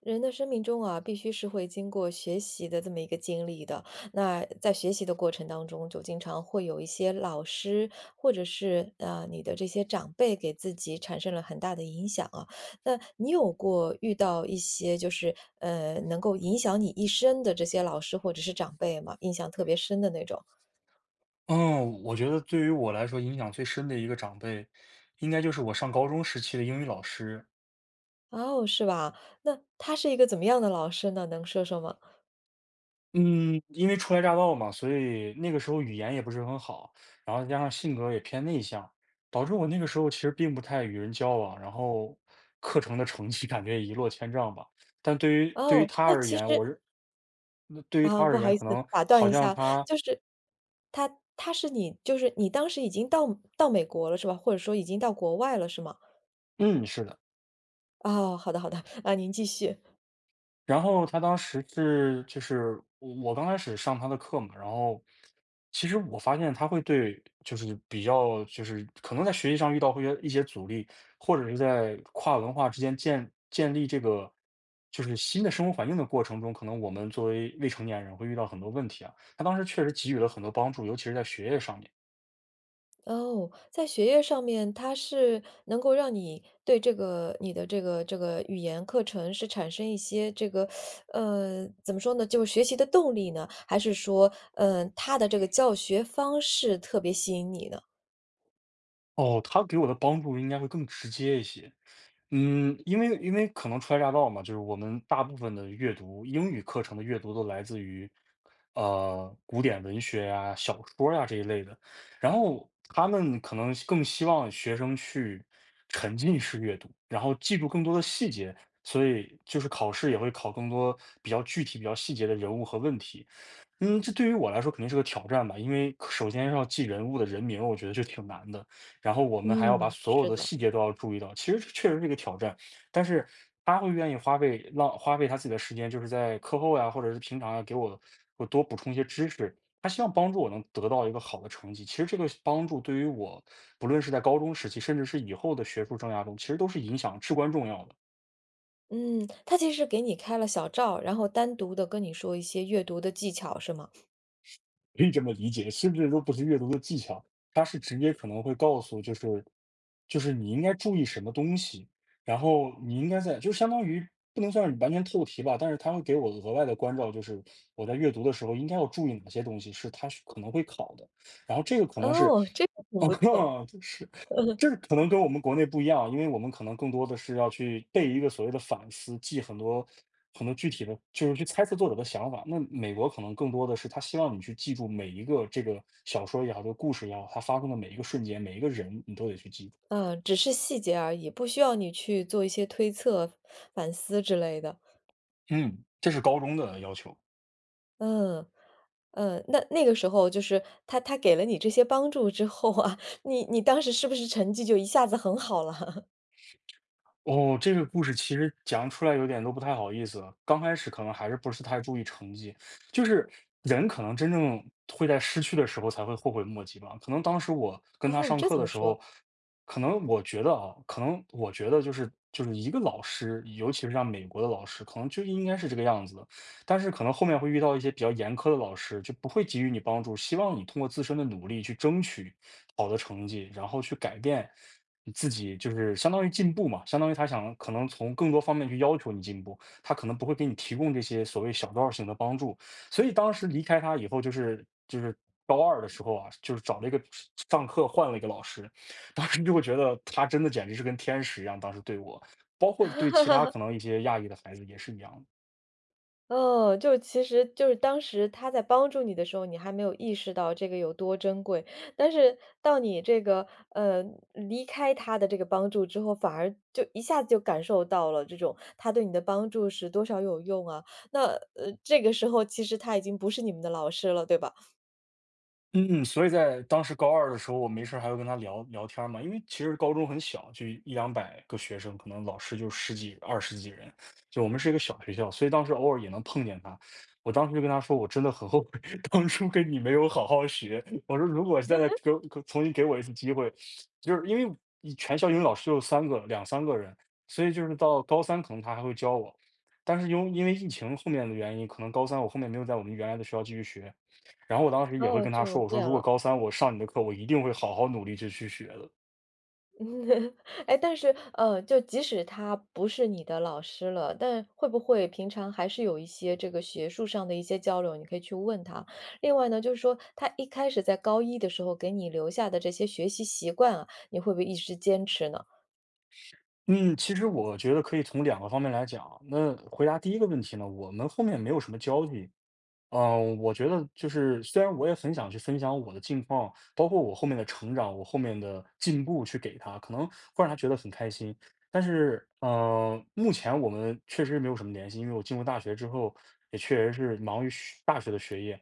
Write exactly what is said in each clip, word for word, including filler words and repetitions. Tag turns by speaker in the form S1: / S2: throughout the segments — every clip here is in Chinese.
S1: 人的生命中啊，必须是会经过学习的这么一个经历的。那在学习的过程当中，就经常会有一些老师，或者是啊，你的这些长辈给自己产生了很大的影响啊。那你有过遇到一些就是呃能够影响你一生的这些老师或者是长辈吗？印象特别深的那种？
S2: 嗯，我觉得对于我来说影响最深的一个长辈，应该就是我上高中时期的英语老师。
S1: 哦，是吧？那他是一个怎么样的老师呢？能说说吗？
S2: 嗯，因为初来乍到嘛，所以那个时候语言也不是很好，然后加上性格也偏内向，导致我那个时候其实并不太与人交往，然后课程的成绩感觉一落千丈吧。但对于对于
S1: 哦，
S2: 他
S1: 那
S2: 而
S1: 其
S2: 言，我
S1: 实
S2: 是那对于
S1: 啊，
S2: 他
S1: 不
S2: 而
S1: 好
S2: 言，
S1: 意
S2: 可
S1: 思，
S2: 能
S1: 打断
S2: 好
S1: 一
S2: 像
S1: 下，
S2: 他
S1: 就是他他是你就是你当时已经到到美国了是吧？或者说已经到国外了是吗？
S2: 嗯，是的。
S1: 哦，好的好的，啊，您继续。
S2: 然后他当时是，就是我我刚开始上他的课嘛，然后其实我发现他会对，就是比较，就是可能在学习上遇到会一些阻力，或者是在跨文化之间建建立这个就是新的生活环境的过程中，可能我们作为未成年人会遇到很多问题啊。他当时确实给予了很多帮助，尤其是在学业上面。
S1: 哦，在学业上面，他是能够让你对这个你的这个这个语言课程是产生一些这个，呃，怎么说呢，就是学习的动力呢？还是说，嗯、他的这个教学方式特别吸引你呢？
S2: 哦，他给我的帮助应该会更直接一些。嗯，因为因为可能初来乍到嘛，就是我们大部分的阅读，英语课程的阅读都来自于，呃，古典文学呀、小说呀这一类的。然后他们可能更希望学生去沉浸式阅读，然后记住更多的细节，所以就是考试也会考更多比较具体、比较细节的人物和问题。嗯，这对于我来说肯定是个挑战吧，因为可首先要记人物的人名儿我觉得就挺难的。然后我们还要把
S1: 嗯，
S2: 所有
S1: 是
S2: 的
S1: 的。
S2: 细节都要注意到，其实这确实是一个挑战。但是他会愿意花费浪花费他自己的时间，就是在课后呀，或者是平常呀，给我我多补充一些知识。他希望帮助我能得到一个好的成绩。其实这个帮助对于我，不论是在高中时期，甚至是以后的学术生涯中，其实都是影响至关重要的。
S1: 嗯，他其实给你开了小灶，然后单独的跟你说一些阅读的技巧是吗？
S2: 可以这么理解，甚至都不是阅读的技巧，它是直接可能会告诉，就是就是你应该注意什么东西，然后你应该在就相当于不能算是完全透题吧，但是它会给我额外的关照，就是我在阅读的时候应该要注意哪些东西是它是可能会考的，然后这个可能是，
S1: 哦，这个 挺不错。
S2: 哦，是。这个可能跟我们国内不一样，因为我们可能更多的是要去背一个所谓的反思，记很多很多具体的，就是去猜测作者的想法。那美国可能更多的是他希望你去记住每一个这个小说也好，这个故事也好，它发生的每一个瞬间，每一个人你都得去记住。
S1: 嗯，只是细节而已，不需要你去做一些推测、反思之类的。
S2: 嗯，这是高中的要求。
S1: 嗯，嗯，那那个时候就是他他给了你这些帮助之后啊，你你当时是不是成绩就一下子很好了？
S2: 哦，这个故事其实讲出来有点都不太好意思了，刚开始可能还是不是太注意成绩，就是人可能真正会在失去的时候才会后悔莫及吧。可能当时我跟他
S1: 哦，
S2: 上
S1: 这
S2: 课
S1: 怎
S2: 的
S1: 么
S2: 时
S1: 说？
S2: 候，可能我觉得啊，可能我觉得就是就是一个老师，尤其是像美国的老师，可能就应该是这个样子的。但是可能后面会遇到一些比较严苛的老师，就不会给予你帮助，希望你通过自身的努力去争取好的成绩，然后去改变你自己，就是相当于进步嘛，相当于他想可能从更多方面去要求你进步，他可能不会给你提供这些所谓小道型的帮助。所以当时离开他以后，就是就是高二的时候啊，就是找了一个上课换了一个老师，当时就会觉得他真的简直是跟天使一样，当时对我，包括对其他可能一些亚裔的孩子也是一样的。
S1: 哦，就其实就是当时他在帮助你的时候，你还没有意识到这个有多珍贵，但是到你这个，呃，离开他的这个帮助之后，反而就一下子就感受到了这种他对你的帮助是多少有用啊。那，呃，这个时候其实他已经不是你们的老师了，对吧？
S2: 嗯，嗯所以在当时高二的时候，我没事儿还会跟他聊聊天儿嘛，因为其实高中很小，就一两百个学生，可能老师就十几、二十几人，就我们是一个小学校，所以当时偶尔也能碰见他。我当时就跟他说，我真的很后悔 当初跟你没有好好学。我说，如果现在给我给重新给我一次机会，就是因为一全校英语老师就三个、两三个人，所以就是到高三可能他还会教我，但是因为因为疫情后面的原因，可能高三我后面没有在我们原来的学校继续学，然后我当时
S1: 然
S2: 也会
S1: 后
S2: 跟他
S1: 就
S2: 说，我说
S1: 变
S2: 如果
S1: 了。
S2: 高三我上你的课，我一定会好好努力去去学的。
S1: 嗯 哎，但是，呃，就即使他不是你的老师了，但会不会平常还是有一些这个学术上的一些交流，你可以去问他。另外呢，就是说他一开始在高一的时候给你留下的这些学习习惯啊，你会不会一直坚持呢？
S2: 嗯，其实我觉得可以从两个方面来讲。那回答第一个问题呢，我们后面没有什么交集，嗯，我觉得就是虽然我也很想去分享我的近况，包括我后面的成长，我后面的进步去给他，可能会让他觉得很开心。但是，呃，目前我们确实没有什么联系，因为我进入大学之后，也确实是忙于学大学的学业。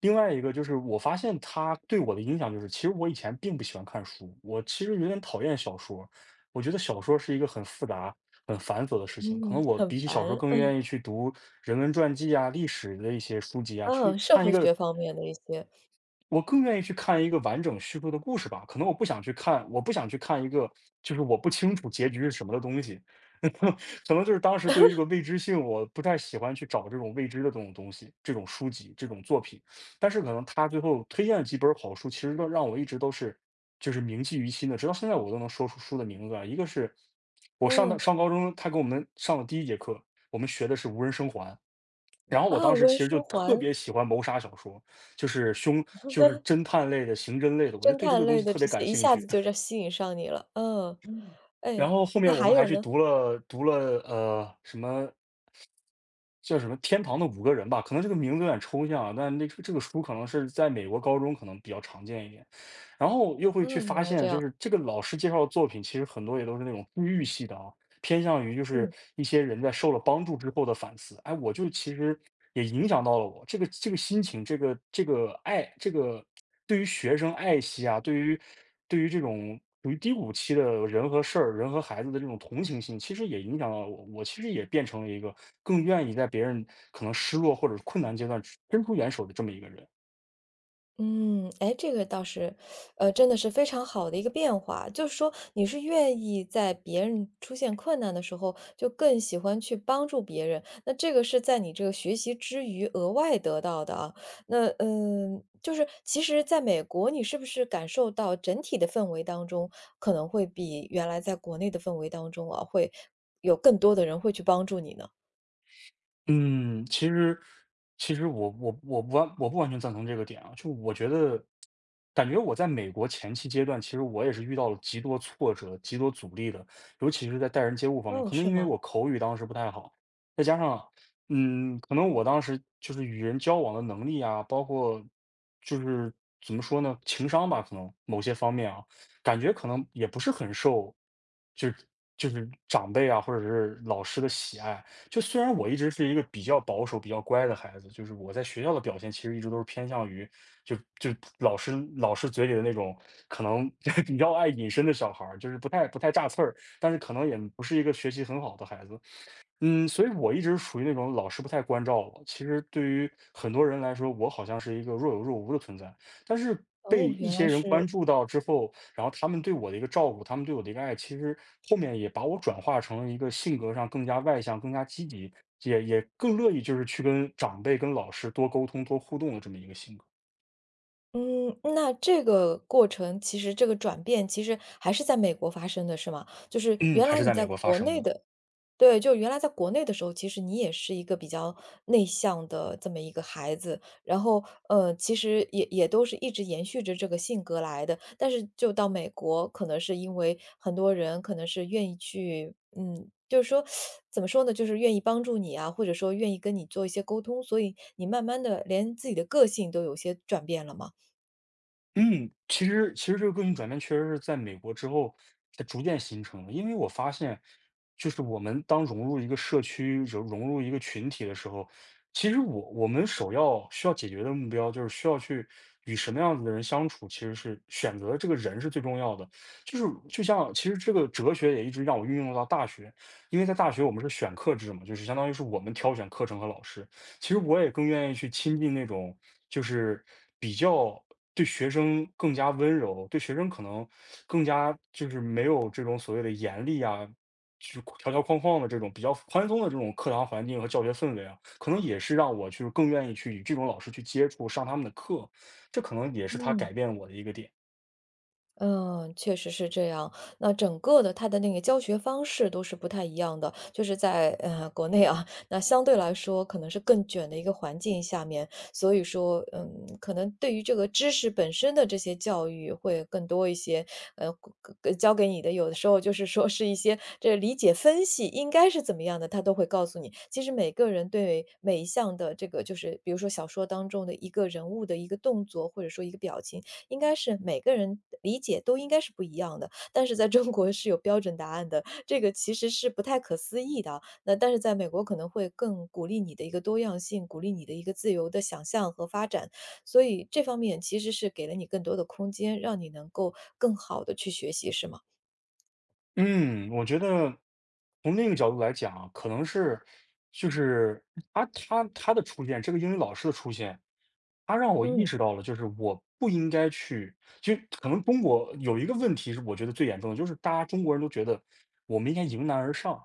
S2: 另外一个就是，我发现他对我的影响就是，其实我以前并不喜欢看书，我其实有点讨厌小说，我觉得小说是一个很复杂。很繁琐的事情。可
S1: 嗯，
S2: 能我
S1: 很
S2: 比起小说
S1: 烦。
S2: 更愿意去读人文传记啊、历史的一些书籍啊，
S1: 啊，
S2: 去
S1: 社
S2: 看一
S1: 会
S2: 个
S1: 学方面的一些，
S2: 我更愿意去看一个完整叙述的故事吧，可能我不想去看我不想去看一个就是我不清楚结局是什么的东西。可能就是当时对于这个未知性，我不太喜欢去找这种未知的这种东西，这种书籍，这种作品。但是可能他最后推荐的几本好书，其实都让我一直都是就是铭记于心的，直到现在我都能说出书的名字来。一个是我上到
S1: 嗯，
S2: 上高中，他给我们上的第一节课，我们学的是《无人生还》。然后我
S1: 啊，
S2: 当
S1: 无
S2: 时其
S1: 人
S2: 实
S1: 生
S2: 就特
S1: 还、
S2: 别喜欢谋杀小说，就是凶就是侦探类的、刑侦类的，我就
S1: 侦
S2: 对这
S1: 探
S2: 个东
S1: 类
S2: 西
S1: 的
S2: 特
S1: 这
S2: 别
S1: 些，
S2: 感
S1: 一
S2: 兴
S1: 下子
S2: 趣。
S1: 就让 吸引上你了。嗯，
S2: 然
S1: 哎，
S2: 后后
S1: 那
S2: 面我
S1: 还
S2: 们还
S1: 有
S2: 去
S1: 呢？
S2: 读了读了，呃，什么叫什么《天堂的五个人》吧，可能这个名字有点抽象啊，但那这个这个书可能是在美国高中可能比较常见一点。然后又会去
S1: 哦，原
S2: 发
S1: 来这
S2: 现，就
S1: 样，
S2: 是这个老师介绍的作品，其实很多也都是那种治愈系的啊，偏向于就是
S1: 嗯。
S2: 一些人在受了帮助之后的反思。哎，我就其实也影响到了我这个这个心情，这个这个爱，这个对于学生爱惜啊，对于对于这种处于低谷期的人和事儿、人和孩子的这种同情心，其实也影响到了我。我其实也变成了一个更愿意在别人可能失落或者是困难阶段伸出援手的这么一个人。
S1: 嗯，哎，这个倒是，呃，真的是非常好的一个变化。就是说，你是愿意在别人出现困难的时候，就更喜欢去帮助别人。那这个是在你这个学习之余额外得到的啊。那嗯，就是其实在美国，你是不是感受到整体的氛围当中，可能会比原来在国内的氛围当中啊，会有更多的人会去帮助你呢？
S2: 嗯，其实其实我我我不完我不完全赞同这个点啊，就我觉得，感觉我在美国前期阶段，其实我也是遇到了极多挫折、极多阻力的，尤其是在待人接物方面，
S1: 哦，
S2: 可能
S1: 是
S2: 因为
S1: 吗？
S2: 我口语当时不太好，再加上，嗯，可能我当时就是与人交往的能力啊，包括就是怎么说呢，情商吧，可能某些方面啊，感觉可能也不是很受，就是就是长辈啊或者是老师的喜爱。就虽然我一直是一个比较保守、比较乖的孩子，就是我在学校的表现其实一直都是偏向于就就老师老师嘴里的那种可能 比较爱隐身的小孩儿，就是不太不太炸刺儿，但是可能也不是一个学习很好的孩子。嗯，所以我一直属于那种老师不太关照我。其实对于很多人来说，我好像是一个若有若无的存在。但是被
S1: 哦，
S2: 一
S1: 原来
S2: 些人
S1: 是
S2: 关注到之后，然后他们对我的一个照顾，他们对我的一个爱，其实后面也把我转化成了一个性格上更加外向、更加积极，也也更乐意就是去跟长辈、跟老师多沟通、多互动的这么一个性格。
S1: 嗯，那这个过程其实这个转变其实还是在美国发生的是吗？就是
S2: 嗯，
S1: 原
S2: 还
S1: 来
S2: 是
S1: 你
S2: 在
S1: 在
S2: 美国发
S1: 国
S2: 生
S1: 内
S2: 的。
S1: 的对，就原来在国内的时候，其实你也是一个比较内向的这么一个孩子，然后，呃，其实也也都是一直延续着这个性格来的，但是就到美国，可能是因为很多人可能是愿意去，嗯，就是说怎么说呢，就是愿意帮助你啊，或者说愿意跟你做一些沟通，所以你慢慢的连自己的个性都有些转变了吗？
S2: 嗯，其实其实这个个性转变确实是在美国之后才逐渐形成的。因为我发现，就是我们当融入一个社区、融融入一个群体的时候，其实我我们首要需要解决的目标就是需要去与什么样子的人相处，其实是选择这个人是最重要的。就是就像其实这个哲学也一直让我运用到大学，因为在大学我们是选课制嘛，就是相当于是我们挑选课程和老师。其实我也更愿意去亲近那种。就是比较对学生更加温柔，对学生可能更加就是没有这种所谓的严厉啊，就是条条框框的这种比较宽松的这种课堂环境和教学氛围啊，可能也是让我就是更愿意去与这种老师去接触，上他们的课，这可能也是他
S1: 嗯，
S2: 改变我的一个点。
S1: 嗯，确实是这样。那整个的它的那个教学方式都是不太一样的，就是在呃国内啊，那相对来说可能是更卷的一个环境下面，所以说，嗯，可能对于这个知识本身的这些教育会更多一些。呃，呃教给你的有的时候就是说是一些这理解分析应该是怎么样的，他都会告诉你。其实每个人对每一项的这个，就是比如说小说当中的一个人物的一个动作，或者说一个表情。应该是每个人理解都应该是不一样的，但是在中国是有标准答案的，这个其实是不太可思议的。那但是在美国可能会更鼓励你的一个多样性，鼓励你的一个自由的想象和发展，所以这方面其实是给了你更多的空间，让你能够更好的去学习，是吗？
S2: 嗯，我觉得从另一个角度来讲啊可能是就是他他他的出现，这个英语老师的出现，他让我意
S1: 嗯，
S2: 识到了，就是我不应该去，就可能中国有一个问题是我觉得最严重的，就是大家中国人都觉得我们应该迎难而上，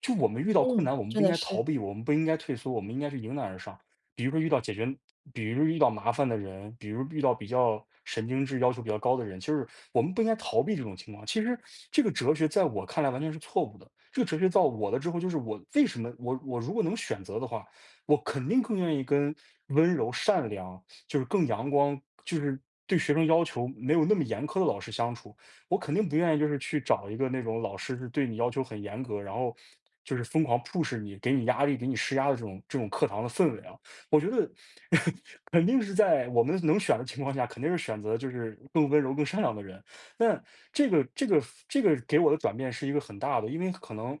S2: 就我们遇到困
S1: 嗯，
S2: 难，我们
S1: 真
S2: 不应
S1: 的
S2: 该
S1: 是。
S2: 逃避，我们不应该退缩，我们应该是迎难而上。比如说遇到解决，比如遇到麻烦的人，比如遇到比较神经质、要求比较高的人，就是我们不应该逃避这种情况。其实这个哲学在我看来完全是错误的。这个哲学到我了之后，就是我为什么我我如果能选择的话，我肯定更愿意跟温柔、善良，就是更阳光，就是对学生要求没有那么严苛的老师相处。我肯定不愿意就是去找一个那种老师是对你要求很严格，然后就是疯狂 push 你，给你压力、给你施压的这种这种课堂的氛围啊。我觉得 肯定是在我们能选的情况下，肯定是选择就是更温柔、更善良的人。那这个这个这个给我的转变是一个很大的，因为可能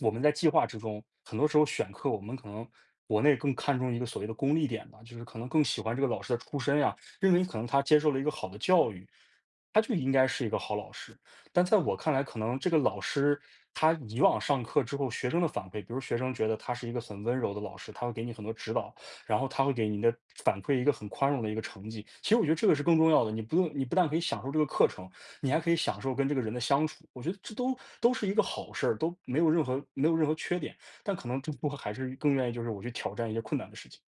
S2: 我们在计划之中，很多时候选课我们可能。国内更看重一个所谓的功利点吧，就是可能更喜欢这个老师的出身呀，认为可能他接受了一个好的教育，他就应该是一个好老师。但在我看来，可能这个老师他以往上课之后学生的反馈，比如学生觉得他是一个很温柔的老师，他会给你很多指导，然后他会给你的反馈一个很宽容的一个成绩。其实我觉得这个是更重要的，你不用，你不但可以享受这个课程，你还可以享受跟这个人的相处。我觉得这都都是一个好事儿，都没有任何没有任何缺点。但可能更多还是更愿意就是我去挑战一些困难的事情。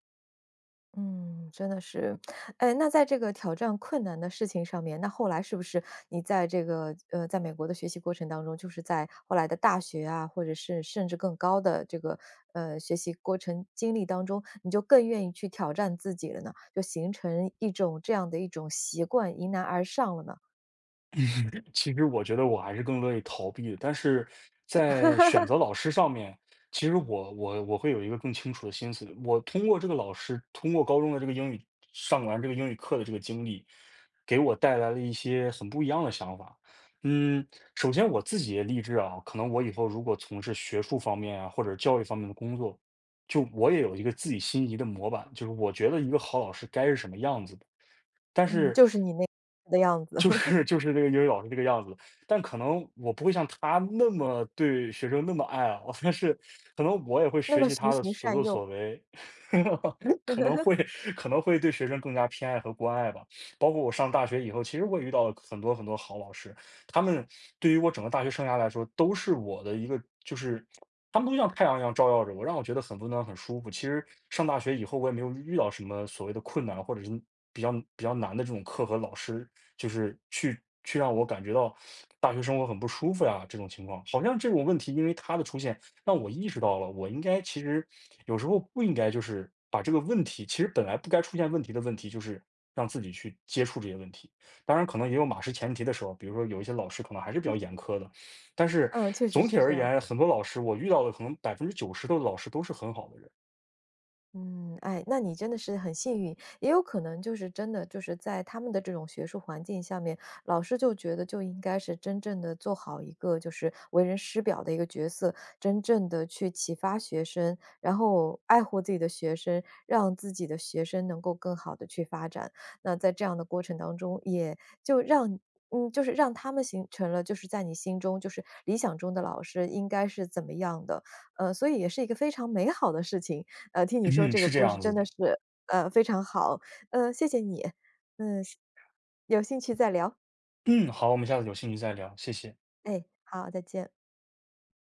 S1: 嗯，真的是。哎，那在这个挑战困难的事情上面，那后来是不是你在这个呃，在美国的学习过程当中，就是在后来的大学啊，或者是甚至更高的这个呃学习过程经历当中，你就更愿意去挑战自己了呢？就形成一种这样的一种习惯，迎难而上了呢？
S2: 其实我觉得我还是更乐意逃避的，但是在选择老师上面，其实我我我会有一个更清楚的心思。我通过这个老师，通过高中的这个英语上完这个英语课的这个经历，给我带来了一些很不一样的想法。嗯，首先我自己也立志啊，可能我以后如果从事学术方面啊，或者教育方面的工作，就我也有一个自己心仪的模板，就是我觉得一个好老师该是什么样子的。但
S1: 嗯，
S2: 是
S1: 就是你那的样子，
S2: 就 是就是这个英语老师这个样子，但可能我不会像他那么对学生那么爱啊，但是可能我也会
S1: 那
S2: 学
S1: 么
S2: 习
S1: 循
S2: 他的
S1: 循
S2: 所
S1: 善
S2: 作
S1: 诱。
S2: 所为，可能会 可能会对学生更加偏爱和关爱吧。包括我上大学以后，其实我也遇到了很多很多好老师，他们对于我整个大学生涯来说，都是我的一个就是他们都像太阳一样照耀着我，让我觉得很温暖、很舒服。其实上大学以后，我也没有遇到什么所谓的困难，或者是比较比较难的这种课和老师，就是去去让我感觉到大学生活很不舒服呀、这种情况。好像这种问题，因为他的出现，让我意识到了，我应该其实有时候不应该就是把这个问题，其实本来不该出现问题的问题，就是让自己去接触这些问题。当然可能也有马失前蹄的时候，比如说有一些老师可能还是比较严苛的，但是
S1: 嗯，确实
S2: 总
S1: 是
S2: 体
S1: 这
S2: 而
S1: 样。
S2: 言，很多老师我遇到的可能百分之九十的老师都是很好的
S1: 嗯，哎，那你真的是很幸运，也有可能就是真的就是在他们的这种学术环境下面，老师就觉得就应该是真正的做好一个就是为人师表的一个角色，真正的去启发学生，然后爱护自己的学生，让自己的学生能够更好的去发展。那在这样的过程当中，也就让。嗯，就是让他们形成了，就是在你心中，就是理想中的老师应该是怎么样的，呃，所以也是一个非常美好的事情。呃，听你说
S2: 人，
S1: 这个
S2: 是这
S1: 故事
S2: 样子
S1: 真的
S2: 的。
S1: 是，呃，非常好，呃，谢谢你，嗯，有兴趣再聊，
S2: 嗯，好，我们下次有兴趣再聊，谢谢。
S1: 哎，好，再见。